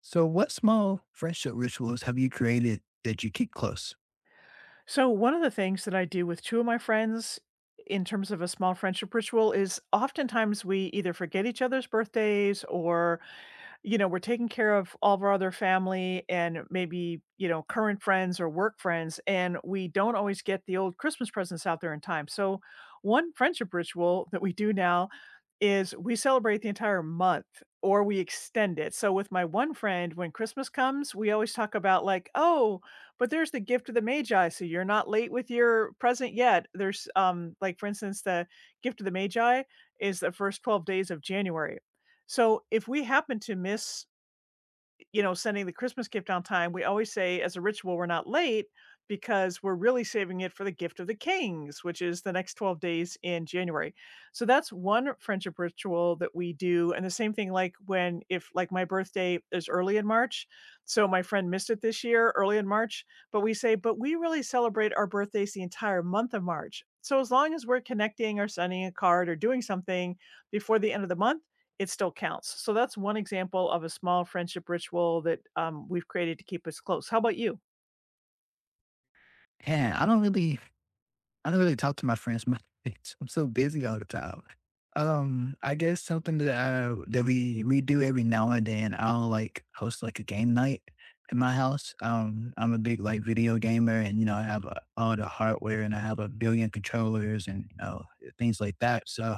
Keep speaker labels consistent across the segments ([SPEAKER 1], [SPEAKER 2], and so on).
[SPEAKER 1] So, what small friendship rituals have you created that you keep close?
[SPEAKER 2] So, one of the things that I do with two of my friends in terms of a small friendship ritual is oftentimes we either forget each other's birthdays or we're taking care of all of our other family and maybe, current friends or work friends, and we don't always get the old Christmas presents out there in time. So, one friendship ritual that we do now is we celebrate the entire month, or we extend it. So, with my one friend, when Christmas comes, we always talk about, like, oh, but there's the gift of the Magi. So, you're not late with your present yet. There's, like, for instance, the gift of the Magi is the first 12 days of January. So if we happen to miss, you know, sending the Christmas gift on time, we always say as a ritual, we're not late because we're really saving it for the gift of the kings, which is the next 12 days in January. So that's one friendship ritual that we do. And the same thing, like, when, if like my birthday is early in March, so my friend missed it this year early in March, but we say, but we really celebrate our birthdays the entire month of March. So as long as we're connecting or sending a card or doing something before the end of the month, it still counts. So that's one example of a small friendship ritual that we've created to keep us close. How about you?
[SPEAKER 1] Yeah, I don't really talk to my friends much. I'm so busy all the time. I guess something that we do every now and then. I'll like host like a game night in my house. I'm a big like video gamer, and you know I have all the hardware, and I have a billion controllers and you know things like that. So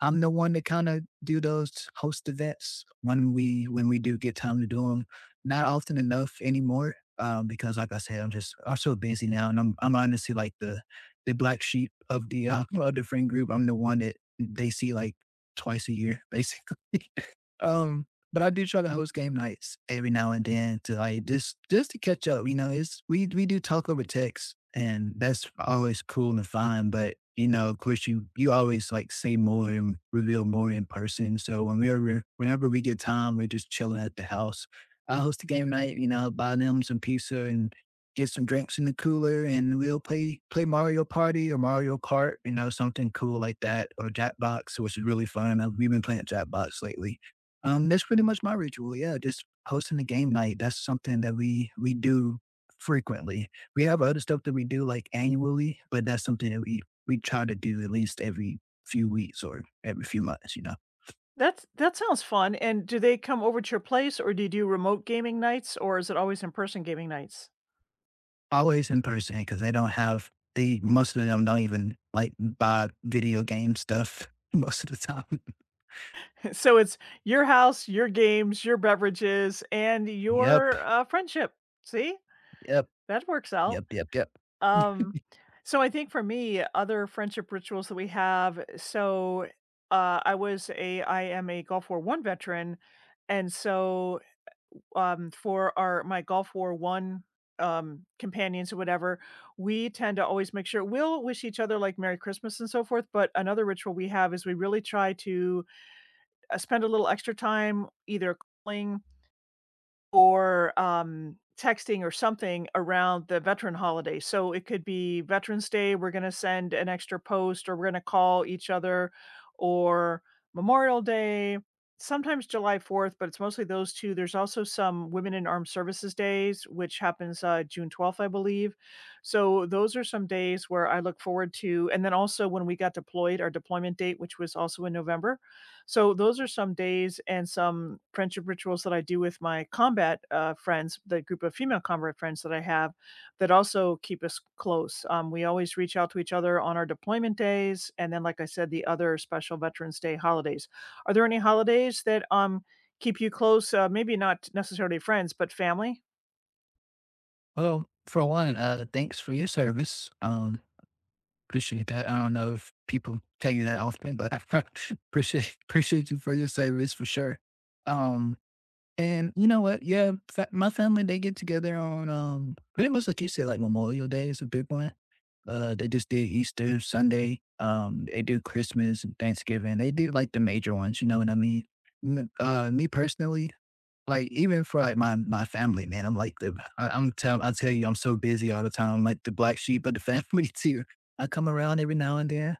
[SPEAKER 1] I'm the one to kind of do those host events when we do get time to do them. Not often enough anymore, because like I said, I'm so busy now, and I'm honestly like the black sheep of the of the friend group. I'm the one that they see like twice a year, basically. Um, but I do try to host game nights every now and then to like just to catch up. You know, it's we do talk over text and that's always cool and fun. But you know, of course you always like say more and reveal more in person. So whenever we get time, we're just chilling at the house. I host a game night, you know, buy them some pizza and get some drinks in the cooler and we'll play Mario Party or Mario Kart, you know, something cool like that, or Jackbox, which is really fun. I We've been playing Jackbox lately. That's pretty much my ritual. Yeah, just hosting a game night. That's something that we do frequently. We have other stuff that we do like annually, but that's something that we try to do at least every few weeks or every few months. You know,
[SPEAKER 2] That's that sounds fun. And do they come over to your place, or do you do remote gaming nights, or is it always in-person gaming nights?
[SPEAKER 1] always in person because they don't have the most of them don't even like buy video game stuff most of the time.
[SPEAKER 2] So it's your house, your games, your beverages, and
[SPEAKER 1] Yep,
[SPEAKER 2] your friendship. See,
[SPEAKER 1] yep,
[SPEAKER 2] that works out.
[SPEAKER 1] yep, yep, yep.
[SPEAKER 2] Um, so I think for me, other friendship rituals that we have. So I am a Gulf War One veteran, and so for our my Gulf War One, companions or whatever, we tend to always make sure we'll wish each other, like, Merry Christmas and so forth, but another ritual we have is we really try to, spend a little extra time either calling or, texting or something around the veteran holiday. So it could be Veterans Day, we're gonna send an extra post, or we're gonna call each other, or Memorial Day, sometimes July 4th, but it's mostly those 2. There's also some Women in Armed Services Days, which happens, June 12th, I believe. So those are some days where I look forward to, and then also when we got deployed, our deployment date, which was also in November. So those are some days and some friendship rituals that I do with my combat friends, the group of female combat friends that I have, that also keep us close. We always reach out to each other on our deployment days, and then, like I said, the other special Veterans Day holidays. Are there any holidays that keep you close? Maybe not necessarily friends, but family.
[SPEAKER 1] Well, for one, thanks for your service. Appreciate that. I don't know if people tell you that often, but I appreciate you for your service for sure. Um, and you know what? Yeah, my family they get together on pretty much like you said, like Memorial Day is a big one. They just did Easter Sunday. They do Christmas and Thanksgiving. They do like the major ones. You know what I mean? Me personally, like even for like my family, man, I'm like the I tell you I'm so busy all the time. I'm like the black sheep of the family too. I come around every now and then.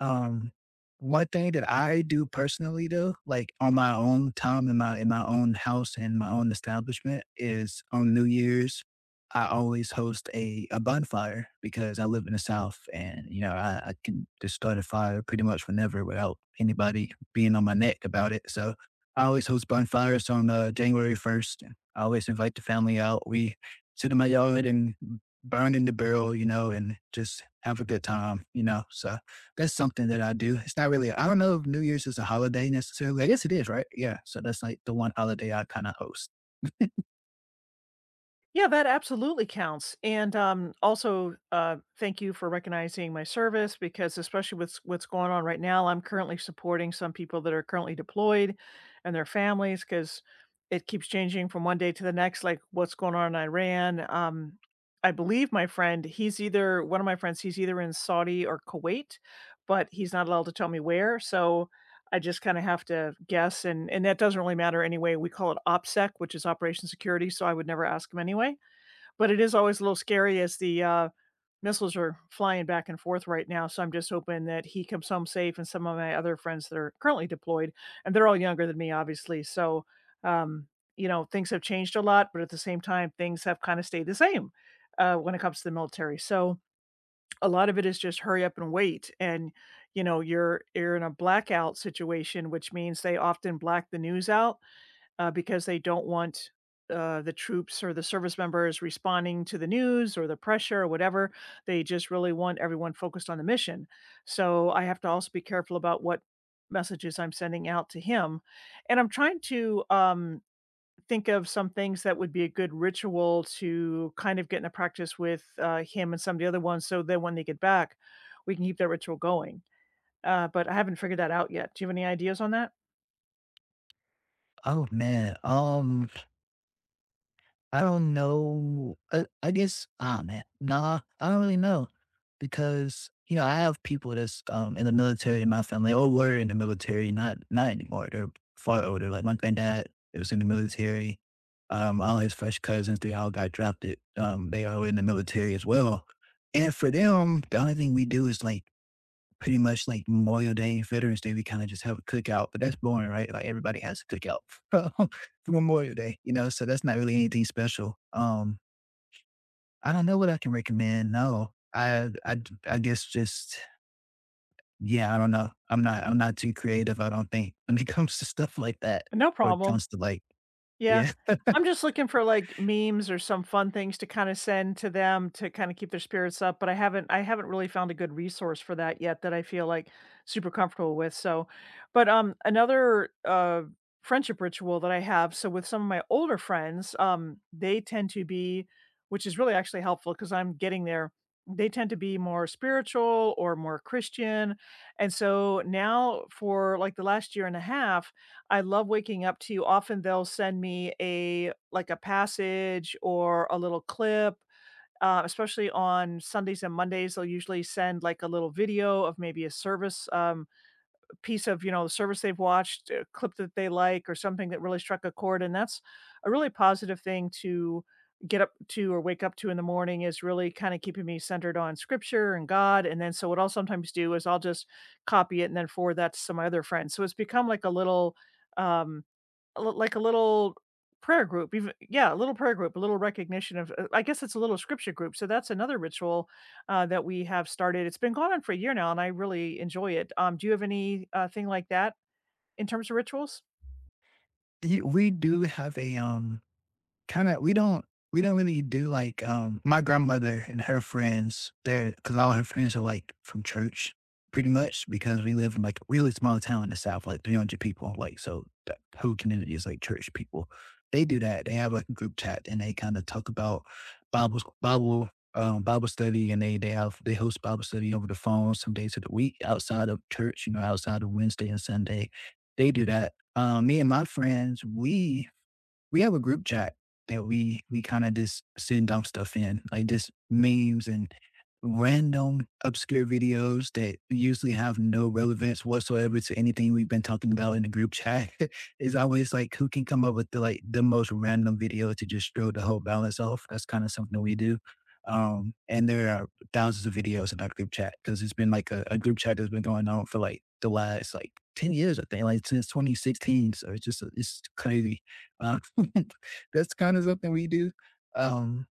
[SPEAKER 1] Um, one thing that I do personally though, like on my own time in my own house and my own establishment, is on New Year's. I always host a bonfire because I live in the South and, you know, I can just start a fire pretty much whenever without anybody being on my neck about it. So I always host bonfires on January 1st. I always invite the family out. We sit in my yard and burn in the barrel, you know, and just have a good time, you know. So that's something that I do. It's not really, I don't know if New Year's is a holiday necessarily. I guess it is, right? Yeah. So that's like the one holiday I kind of host.
[SPEAKER 2] Yeah, that absolutely counts. And also, thank you for recognizing my service because, especially with what's going on right now, I'm currently supporting some people that are currently deployed and their families because it keeps changing from one day to the next, like what's going on in Iran. I believe my friend, he's either one of my friends, he's either in Saudi or Kuwait, but he's not allowed to tell me where. So I just kind of have to guess. And that doesn't really matter anyway. We call it OPSEC, which is Operation Security. So I would never ask him anyway, but it is always a little scary as the, missiles are flying back and forth right now, so I'm just hoping that he comes home safe and some of my other friends that are currently deployed, and they're all younger than me, obviously. So, um, you know, things have changed a lot, but at the same time, things have kinda stayed the same, when it comes to the military. So a lot of it is just hurry up and wait, and, you know, you're in a blackout situation, which means they often black the news out because they don't want the troops or the service members responding to the news or the pressure or whatever. They just really want everyone focused on the mission. So I have to also be careful about what messages I'm sending out to him. And I'm trying to think of some things that would be a good ritual to kind of get in a practice with him and some of the other ones. So then when they get back, we can keep that ritual going. But I haven't figured that out yet. Do you have any ideas on that?
[SPEAKER 1] Oh man, I don't know. I guess, ah man, nah, I don't really know because you know I have people that's in the military in my family or were in the military, not anymore. They're far older. Like my granddad, it was in the military. All his first cousins, they all got drafted. They are in the military as well. And for them, the only thing we do is like pretty much like Memorial Day and Veterans Day, we kind of just have a cookout, but that's boring, right? Like everybody has a cookout for Memorial Day, you know, so that's not really anything special. I don't know what I can recommend. No, I guess just, yeah, I don't know. I'm not too creative. I don't think when it comes to stuff like that,
[SPEAKER 2] No
[SPEAKER 1] or it
[SPEAKER 2] problem.
[SPEAKER 1] comes to like,
[SPEAKER 2] Yeah.
[SPEAKER 1] yeah,
[SPEAKER 2] I'm just looking for, like, memes or some fun things to kinda send to them to kinda keep their spirits up, but I haven't really found a good resource for that yet that I feel, like, super comfortable with, so. But, another, friendship ritual that I have, so with some of my older friends, they tend to be which is really actually helpful because 'cause I'm getting there, they tend to be more spiritual or more Christian, and so now for, like, the last year and a half, I love waking up to, often they'll send me a like a passage or a little clip, especially on Sundays and Mondays, they'll usually send, like, a little video of maybe a service, piece of, you know, the service they've watched, a clip that they like, or something that really struck a chord, and that's a really positive thing to get up to or wake up to in the morning. Is really kinda keeping me centered on scripture and God, and then so what I'll sometimes do is I'll just copy it and then forward that to some of my other friends, so it's become like a little, um l like a little prayer group, even. Yeah, a little prayer group, a little recognition of I guess it's a little scripture group. So that's another ritual, that we have started. It's been going on for a year now, and I really enjoy it. Do you have any, thing like that in terms of rituals?
[SPEAKER 1] We do have a, kind of we don't really do like my grandmother and her friends there because all her friends are like from church pretty much because we live in like a really small town in the south like 300 people like so the whole community is like church people. They do that. They have like a group chat and they kind of talk about bible bible Bible study, and they have they host Bible study over the phone some days of the week outside of church. You know, outside of Wednesday and Sunday, they do that. Me and my friends, we have a group chat that we kinda just send dumb stuff in, like just memes and random obscure videos that usually have no relevance whatsoever to anything we've been talking about in the group chat. It's always like who can come up with the, like, the most random video to just throw the whole balance off. That's kinda something we do. And there are thousands of videos in our group chat because 'cause it's been like a group chat that's been going on for like the last, like, 10 years, I think, like, since 2016, so it's just, it's crazy. Um, that's kind of something we do. Um,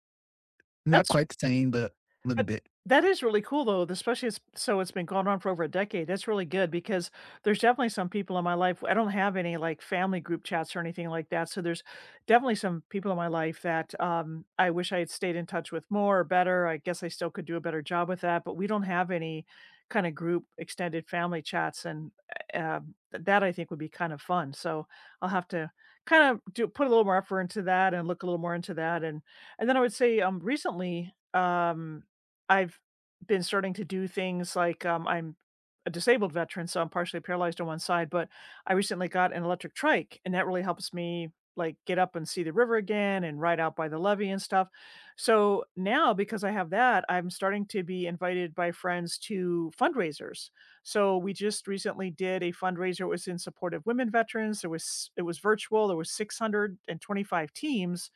[SPEAKER 1] not
[SPEAKER 2] That's
[SPEAKER 1] quite the same, but a little
[SPEAKER 2] But
[SPEAKER 1] bit.
[SPEAKER 2] that is really cool though, especially it's so it's been going on for over a decade. That's really good because there's definitely some people in my life. I don't have any, like, family group chats or anything like that, so there's definitely some people in my life that, I wish I had stayed in touch with more or better. I guess I still could do a better job with that, but we don't have any kinda group extended family chats, and, that I think would be kind of fun. So I'll have to kind of do put a little more effort into that and look a little more into that. And then I would say, recently, I've been starting to do things like, I'm a disabled veteran, so I'm partially paralyzed on one side, but I recently got an electric trike, and that really helps me, like, get up and see the river again and ride out by the levee and stuff. So now, because I have that, I'm starting to be invited by friends to fundraisers. So we just recently did a fundraiser. It was in support of women veterans. There was it was virtual. There was 625 teams.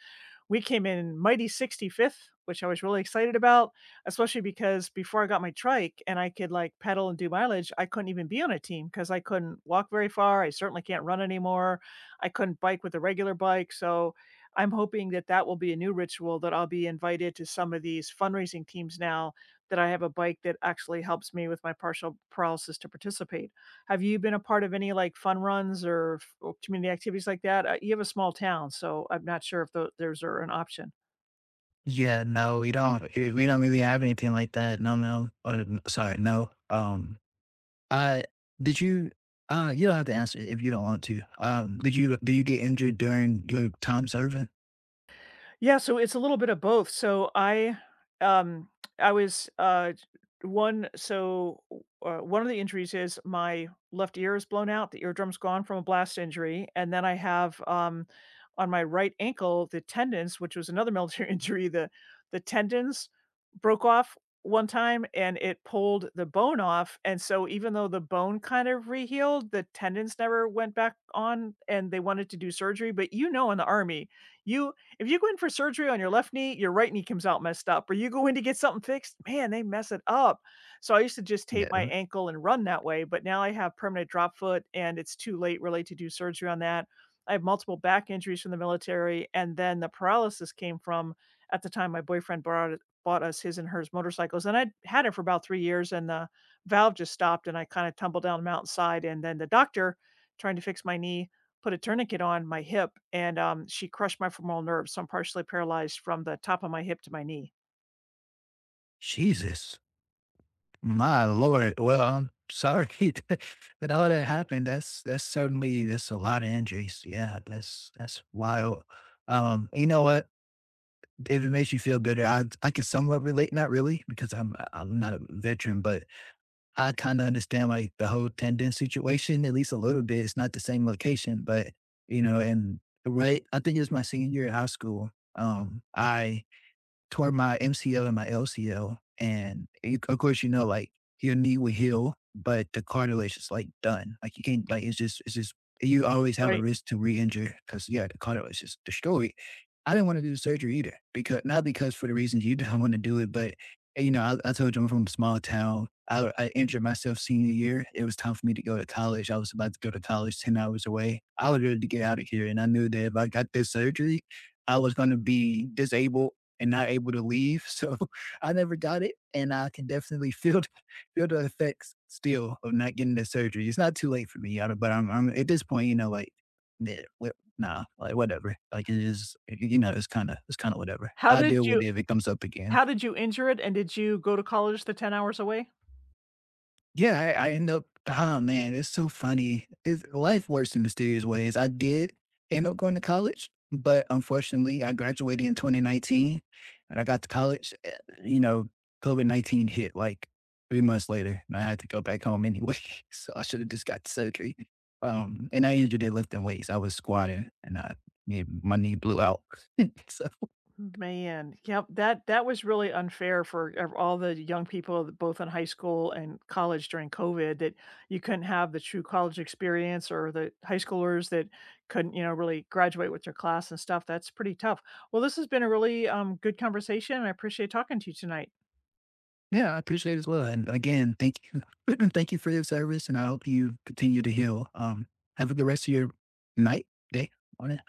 [SPEAKER 2] We came in mighty 65th, which I was really excited about, especially because before I got my trike and I could like pedal and do mileage, I couldn't even be on a team because I couldn't walk very far. I certainly can't run anymore. I couldn't bike with a regular bike. So I'm hoping that that will be a new ritual that I'll be invited to some of these fundraising teams now that I have a bike that actually helps me with my partial paralysis to participate. Have you been a part of any like fun runs or f or community activities like that? You have a small town, so I'm not sure if those are an option.
[SPEAKER 1] Yeah, no, we don't. We don't really have anything like that. No, no. Oh, sorry, no. Uh, did you? You don't have to answer if you don't want to. Did you? Do you get injured during your time serving?
[SPEAKER 2] Yeah, so it's a little bit of both. So um, I was one. So One of the injuries is my left ear is blown out. The eardrum's gone from a blast injury, and then I have on my right ankle the tendons, which was another military injury. The tendons broke off one time, and it pulled the bone off. And so even though the bone kind of rehealed, the tendons never went back on, and they wanted to do surgery. But you know, in the army, you if you go in for surgery on your left knee, your right knee comes out messed up, or you go in to get something fixed, man, they mess it up. So I used to just tape my
[SPEAKER 1] Yeah.
[SPEAKER 2] ankle and run that way, but now I have permanent drop foot and it's too late really to do surgery on that. I have multiple back injuries from the military, and then the paralysis came from at the time my boyfriend bought us his and hers motorcycles, and I had it for about three years, and the valve just stopped, and I kind of tumbled down the mountainside, and then the doctor trying to fix my knee put a tourniquet on my hip, and, she crushed my femoral nerve, so I'm partially paralyzed from the top of my hip to my knee.
[SPEAKER 1] Jesus, my lord. Well, I'm sorry that all that happened. That's certainly that's a lot of injuries. Yeah, that's wild. You know what? If it makes you feel good, I can somewhat relate, not really, because I'm not a veteran, but I kind of understand like the whole tendon situation at least a little bit. It's not the same location, but you know, and right, I think it was my senior year of high school. I tore my MCL and my LCL. And you, of course, you know, like your knee will heal, but the cartilage is like done. Like you can't, like it's just, you always have a
[SPEAKER 2] Right.
[SPEAKER 1] risk to re injure because, yeah, the cartilage is destroyed. I didn't want to do the surgery either because, not because for the reasons you don't want to do it, but, you know, I told you I'm from a small town. I injured myself senior year. It was time for me to go to college. I was about to go to college 10 hours away. I was ready to get out of here. And I knew that if I got this surgery, I was going to be disabled and not able to leave. So I never got it, and I can definitely feel feel the effects still of not getting the surgery. It's not too late for me, I do but I'm at this point, you know, like, nah, wha- nah, like whatever. Like it is, you know, it's kind of whatever.
[SPEAKER 2] How
[SPEAKER 1] I deal
[SPEAKER 2] did
[SPEAKER 1] with
[SPEAKER 2] you
[SPEAKER 1] it if it comes up again.
[SPEAKER 2] how did you injure it, and did you go to college the 10 hours away?
[SPEAKER 1] Yeah, I end up oh man, it's so funny. It's life works in mysterious ways. I did end up going to college, but unfortunately I graduated in 2019 and I got to college, eh, you know, COVID-19 hit like 3 months later and I had to go back home anyway. So I should have just got surgery. And I injured it lifting weights. I was squatting and yeah, my knee blew out. So
[SPEAKER 2] Man, yep, that that was really unfair for ev all the young people, that both in high school and college during COVID, that you couldn't have the true college experience or the high schoolers that couldn't, you know, really graduate with their class and stuff. That's pretty tough. Well, this has been a really good conversation, and I appreciate talking to you tonight.
[SPEAKER 1] yeah, I appreciate it as well. And again, thank you. Thank you for your service. And I hope you continue to heal. Have a good rest of your night, day, morning.